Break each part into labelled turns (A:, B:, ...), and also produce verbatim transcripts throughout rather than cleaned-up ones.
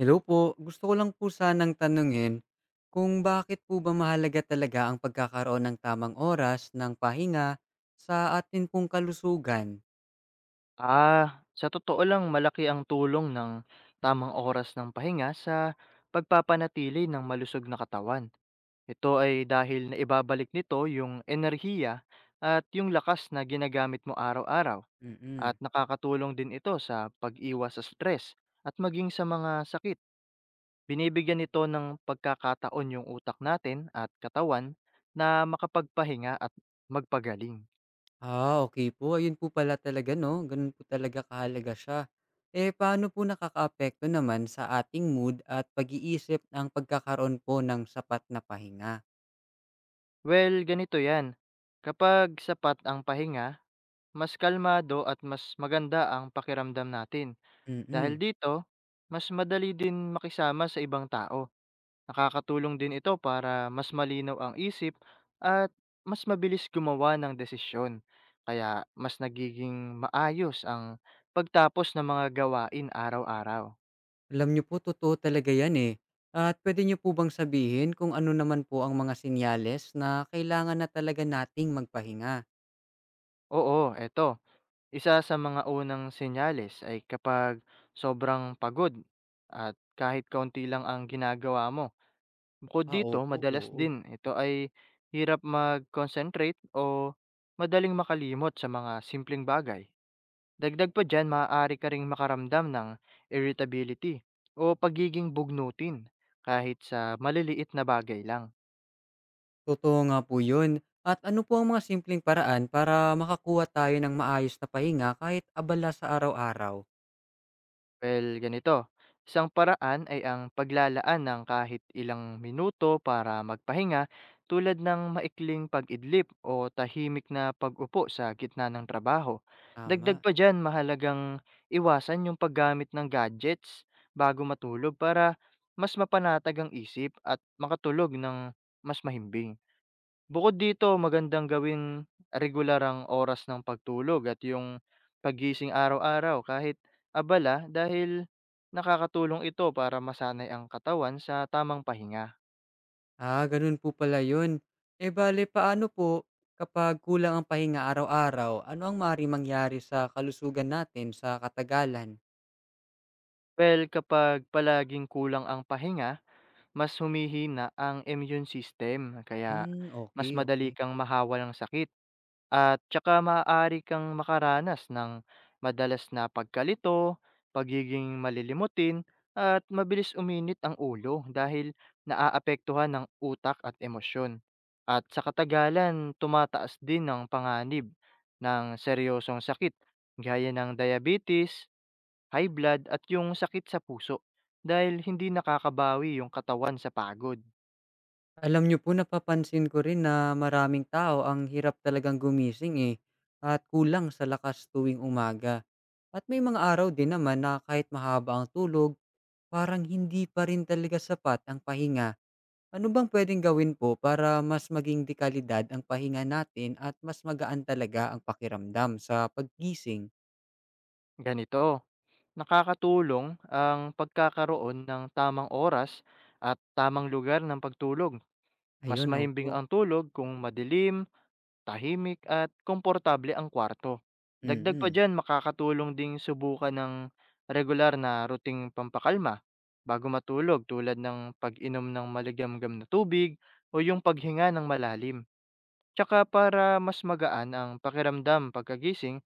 A: Hello po. Gusto ko lang po sanang tanungin kung bakit po ba mahalaga talaga ang pagkakaroon ng tamang oras ng pahinga sa atin pong kalusugan?
B: Ah, sa totoo lang malaki ang tulong ng tamang oras ng pahinga sa pagpapanatili ng malusog na katawan. Ito ay dahil na ibabalik nito yung enerhiya at yung lakas na ginagamit mo araw-araw at
A: Mm.
B: nakakatulong din ito sa pag-iwas sa stress at maging sa mga sakit. Binibigyan nito ng pagkakataon yung utak natin at katawan na makapagpahinga at magpagaling.
A: Ah, okay po. Ayun po pala talaga 'no, gano'n po talaga kahalaga siya. Eh, paano po nakakaapekto naman sa ating mood at pag-iisip ang pagkakaroon po ng sapat na pahinga?
B: Well, ganito yan. Kapag sapat ang pahinga, mas kalmado at mas maganda ang pakiramdam natin. Dahil
A: Mm.
B: dito, mas madali din makisama sa ibang tao. Nakakatulong din ito para mas malinaw ang isip at mas mabilis gumawa ng desisyon. Kaya mas nagiging maayos ang pagtapos ng mga gawain araw-araw.
A: Alam niyo po, totoo talaga yan eh. At pwede niyo po bang sabihin kung ano naman po ang mga sinyales na kailangan na talaga nating magpahinga?
B: Oo, eto. Isa sa mga unang senyales ay kapag sobrang pagod at kahit kaunti lang ang ginagawa mo. Bukod
A: Ah,
B: dito,
A: opo,
B: madalas
A: oo.
B: din ito ay hirap mag-concentrate o madaling makalimot sa mga simpleng bagay. Dagdag pa dyan, maaari ka ring makaramdam ng irritability o pagiging bugnutin kahit sa maliliit na bagay lang.
A: Totoo nga po yun. At ano po ang mga simpleng paraan para makakuha tayo ng maayos na pahinga kahit abala sa araw-araw?
B: Well, ganito. Isang paraan ay ang paglalaan ng kahit ilang minuto para magpahinga tulad ng maikling pag-idlip o tahimik na pag-upo sa gitna ng trabaho. Dagdag
A: Tama.
B: pa dyan, mahalagang iwasan yung paggamit ng gadgets bago matulog para mas mapanatag ang isip at makatulog ng mas mahimbing. Bukod dito, magandang gawing regular ang oras ng pagtulog at yung paggising araw-araw kahit abala dahil nakakatulong ito para masanay ang katawan sa tamang pahinga.
A: Ah, ganun po pala yun. E bale, paano po kapag kulang ang pahinga araw-araw, ano ang maaaring mangyari sa kalusugan natin sa katagalan?
B: Well, kapag palaging kulang ang pahinga, mas humihina ang immune system kaya
A: Hmm,
B: mas
A: okay,
B: madali
A: okay.
B: kang mahawa ng sakit. At tsaka maaari kang makaranas ng madalas na pagkalito, pagiging malilimutin, at mabilis uminit ang ulo dahil naaapektuhan ng utak at emosyon. At sa katagalan, tumataas din ang panganib ng seryosong sakit gaya ng diabetes, high blood at yung sakit sa puso dahil hindi nakakabawi yung katawan sa pagod.
A: Alam niyo po, napapansin ko rin na maraming tao ang hirap talagang gumising eh, at kulang sa lakas tuwing umaga. At may mga araw din naman na kahit mahaba ang tulog, parang hindi pa rin talaga sapat ang pahinga. Ano bang pwedeng gawin po para mas maging dekalidad ang pahinga natin at mas magaan talaga ang pakiramdam sa paggising?
B: Ganito, nakakatulong ang pagkakaroon ng tamang oras at tamang lugar ng pagtulog. Mas
A: Ayun,
B: mahimbing
A: opo.
B: ang tulog kung madilim, tahimik at komportable ang kwarto.
A: Mm
B: Dagdag pa
A: mm.
B: dyan, makakatulong ding subukan ng regular na ruting pampakalma bago matulog tulad ng pag-inom ng maligamgam na tubig o yung paghinga ng malalim. Tsaka para mas magaan ang pakiramdam pagkagising,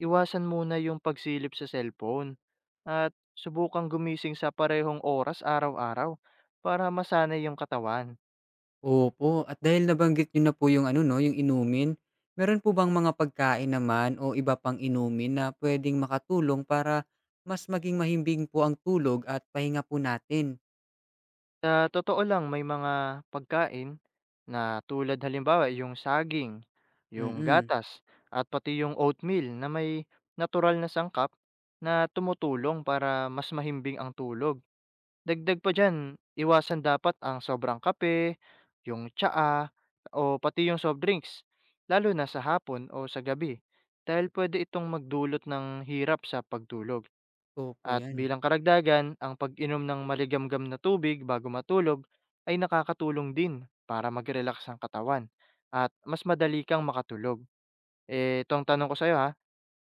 B: iwasan muna yung pagsilip sa cellphone at subukang gumising sa parehong oras araw-araw para masanay yung katawan.
A: Opo, at dahil nabanggit niyo na po yung ano 'no, yung inumin, meron po bang mga pagkain naman o iba pang inumin na puwedeng makatulong para mas maging mahimbing po ang tulog at pahinga po natin?
B: Sa totoo lang, may mga pagkain na tulad halimbawa yung saging, yung
A: Mm,
B: gatas, at pati yung oatmeal na may natural na sangkap na tumutulong para mas mahimbing ang tulog. Dagdag pa diyan, iwasan dapat ang sobrang kape, yung tsaa, o pati yung soft drinks, lalo na sa hapon o sa gabi dahil pwede itong magdulot ng hirap sa pagtulog.
A: opo
B: At
A: 'yan.
B: bilang karagdagan, ang pag-inom ng maligamgam na tubig bago matulog ay nakakatulong din para mag-relax ang katawan at mas madali kang makatulog. Eh, itong tanong ko sa'yo, ha,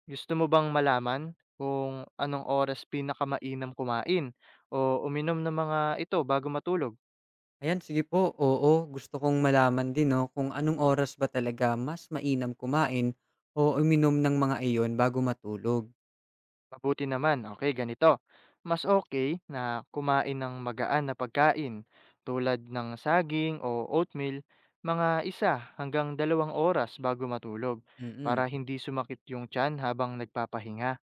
B: gusto mo bang malaman kung anong oras pinakamainam kumain o uminom ng mga ito bago matulog?
A: Ayan, sige po, oo, gusto kong malaman din 'no, kung anong oras ba talaga mas mainam kumain o uminom ng mga iyon bago matulog?
B: Mabuti naman, okay, ganito. Mas okay na kumain ng magaan na pagkain tulad ng saging o oatmeal mga isa hanggang dalawang oras bago matulog
A: Mm.
B: para hindi sumakit yung tiyan habang nagpapahinga.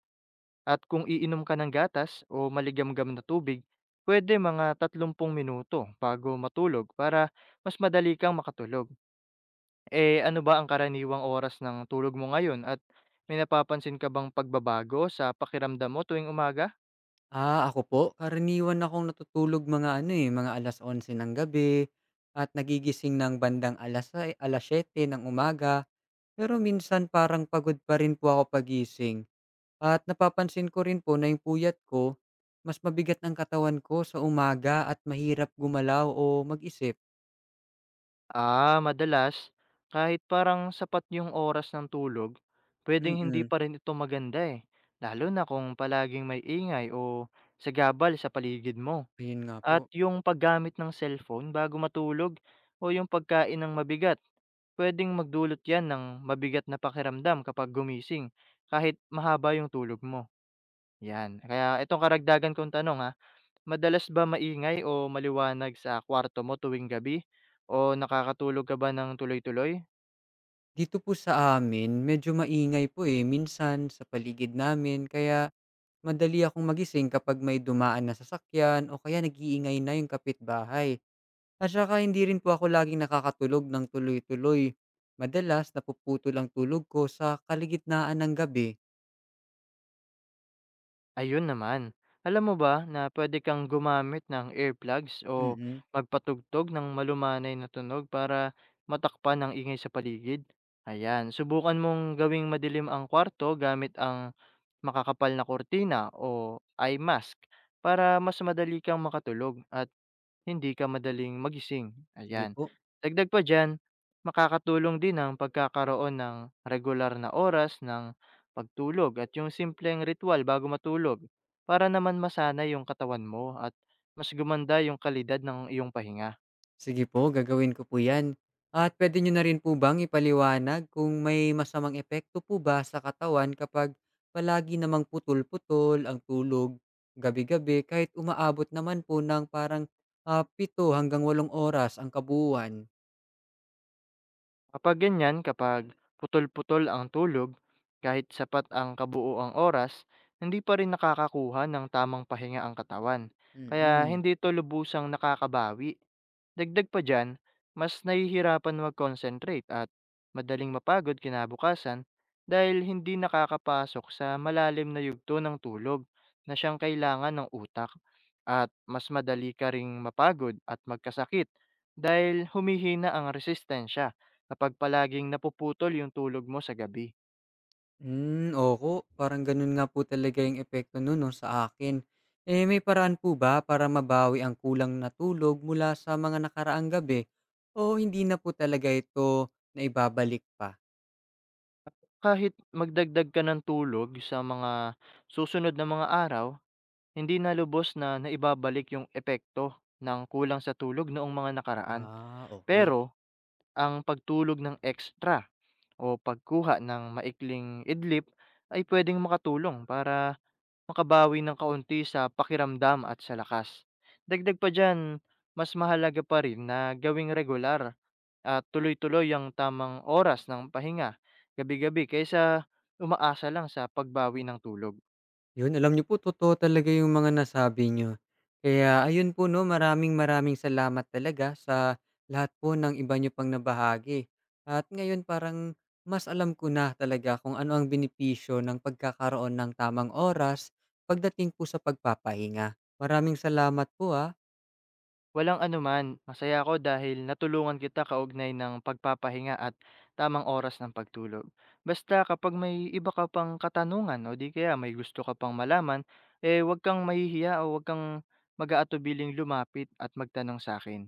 B: At kung iinom ka ng gatas o maligamgam na tubig, pwede mga tatlumpung minuto bago matulog para mas madali kang makatulog. Eh, ano ba ang karaniwang oras ng tulog mo ngayon at may napapansin ka bang pagbabago sa pakiramdam mo tuwing umaga?
A: Ah, ako po, karaniwan akong natutulog mga ano, eh, mga alas onse ng gabi at nagigising ng bandang alas sai alas siyete ng umaga. Pero minsan parang pagod pa rin po ako paggising at napapansin ko rin po na yung puyat ko, mas mabigat ang katawan ko sa umaga at mahirap gumalaw o mag-isip.
B: Ah, madalas, kahit parang sapat yung oras ng tulog, pwedeng hindi
A: Mm,
B: pa rin ito maganda eh. Lalo na kung palaging may ingay o sagabal sa paligid mo.
A: ayun nga po.
B: At yung paggamit ng cellphone bago matulog o yung pagkain ng mabigat, pwedeng magdulot yan ng mabigat na pakiramdam kapag gumising kahit mahaba yung tulog mo. 'Yan, kaya itong karagdagan kong tanong, ha, madalas ba maingay o maliwanag sa kwarto mo tuwing gabi o nakakatulog ka ba ng tuloy-tuloy?
A: Dito po sa amin medyo maingay po eh, minsan sa paligid namin, kaya madali akong magising kapag may dumaan na sasakyan o kaya nag-iingay na yung kapitbahay. At saka hindi rin po ako laging nakakatulog ng tuloy-tuloy. Madalas napuputo lang tulog ko sa kaligitnaan ng gabi.
B: Ayun naman, alam mo ba na pwede kang gumamit ng earplugs o
A: Mm,
B: magpatugtog ng malumanay na tunog para matakpan ang ingay sa paligid? Ayan, subukan mong gawing madilim ang kwarto gamit ang makakapal na kurtina o eye mask para mas madali kang makatulog at hindi ka madaling magising,
A: sige
B: ayan.
A: po.
B: Dagdag pa diyan, makakatulong din ang pagkakaroon ng regular na oras ng pagtulog at yung simpleng ritual bago matulog para naman masana yung katawan mo at mas gumanda yung kalidad ng iyong pahinga.
A: Sige po, gagawin ko po 'yan. At puwede nyo na rin po bang ipaliwanag kung may masamang epekto po ba sa katawan kapag palagi namang putol-putol ang tulog gabi-gabi kahit umaabot naman po ng parang, ah, pito hanggang walong oras ang kabuuan?
B: Kapag ganyan, kapag putol-putol ang tulog, kahit sapat ang kabuuang oras, hindi pa rin nakakakuha ng tamang pahinga ang katawan. Kaya
A: Mm.
B: hindi ito lubusang nakakabawi. Dagdag pa diyan, mas nahihirapan mag-concentrate at madaling mapagod kinabukasan dahil hindi nakakapasok sa malalim na yugto ng tulog na siyang kailangan ng utak at mas madali ka ring mapagod at magkasakit dahil humihina ang resistensya kapag palaging napuputol yung tulog mo sa gabi.
A: Hmm, opo, parang gano'n nga po talaga yung epekto no'n 'no, sa akin. Eh, may paraan po ba para mabawi ang kulang na tulog mula sa mga nakaraang gabi o hindi na po talaga ito na ibabalik pa?
B: Kahit magdagdag ka ng tulog sa mga susunod na mga araw, hindi na lubos na naibabalik yung epekto ng kulang sa tulog noong mga nakaraan.
A: Ah, okay.
B: Pero ang pagtulog ng extra o pagkuha ng maikling idlip ay pwedeng makatulong para makabawi ng kaunti sa pakiramdam at sa lakas. Dagdag pa dyan, mas mahalaga pa rin na gawing regular at tuloy-tuloy ang tamang oras ng pahinga gabi-gabi kaysa umaasa lang sa pagbawi ng tulog.
A: Yun, alam niyo po, totoo talaga yung mga nasabi niyo. Kaya ayun po 'no, maraming maraming salamat talaga sa lahat po ng iba niyo pang nabahagi. At ngayon parang mas alam ko na talaga kung ano ang benepisyo ng pagkakaroon ng tamang oras pagdating po sa pagpapahinga. Maraming salamat po, ah.
B: Walang anuman, masaya ako dahil natulungan kita kaugnay ng pagpapahinga at tamang oras ng pagtulog. Basta kapag may iba ka pang katanungan o di kaya may gusto ka pang malaman, eh huwag kang mahihiya o huwag kang mag-aatubiling lumapit at magtanong sa akin.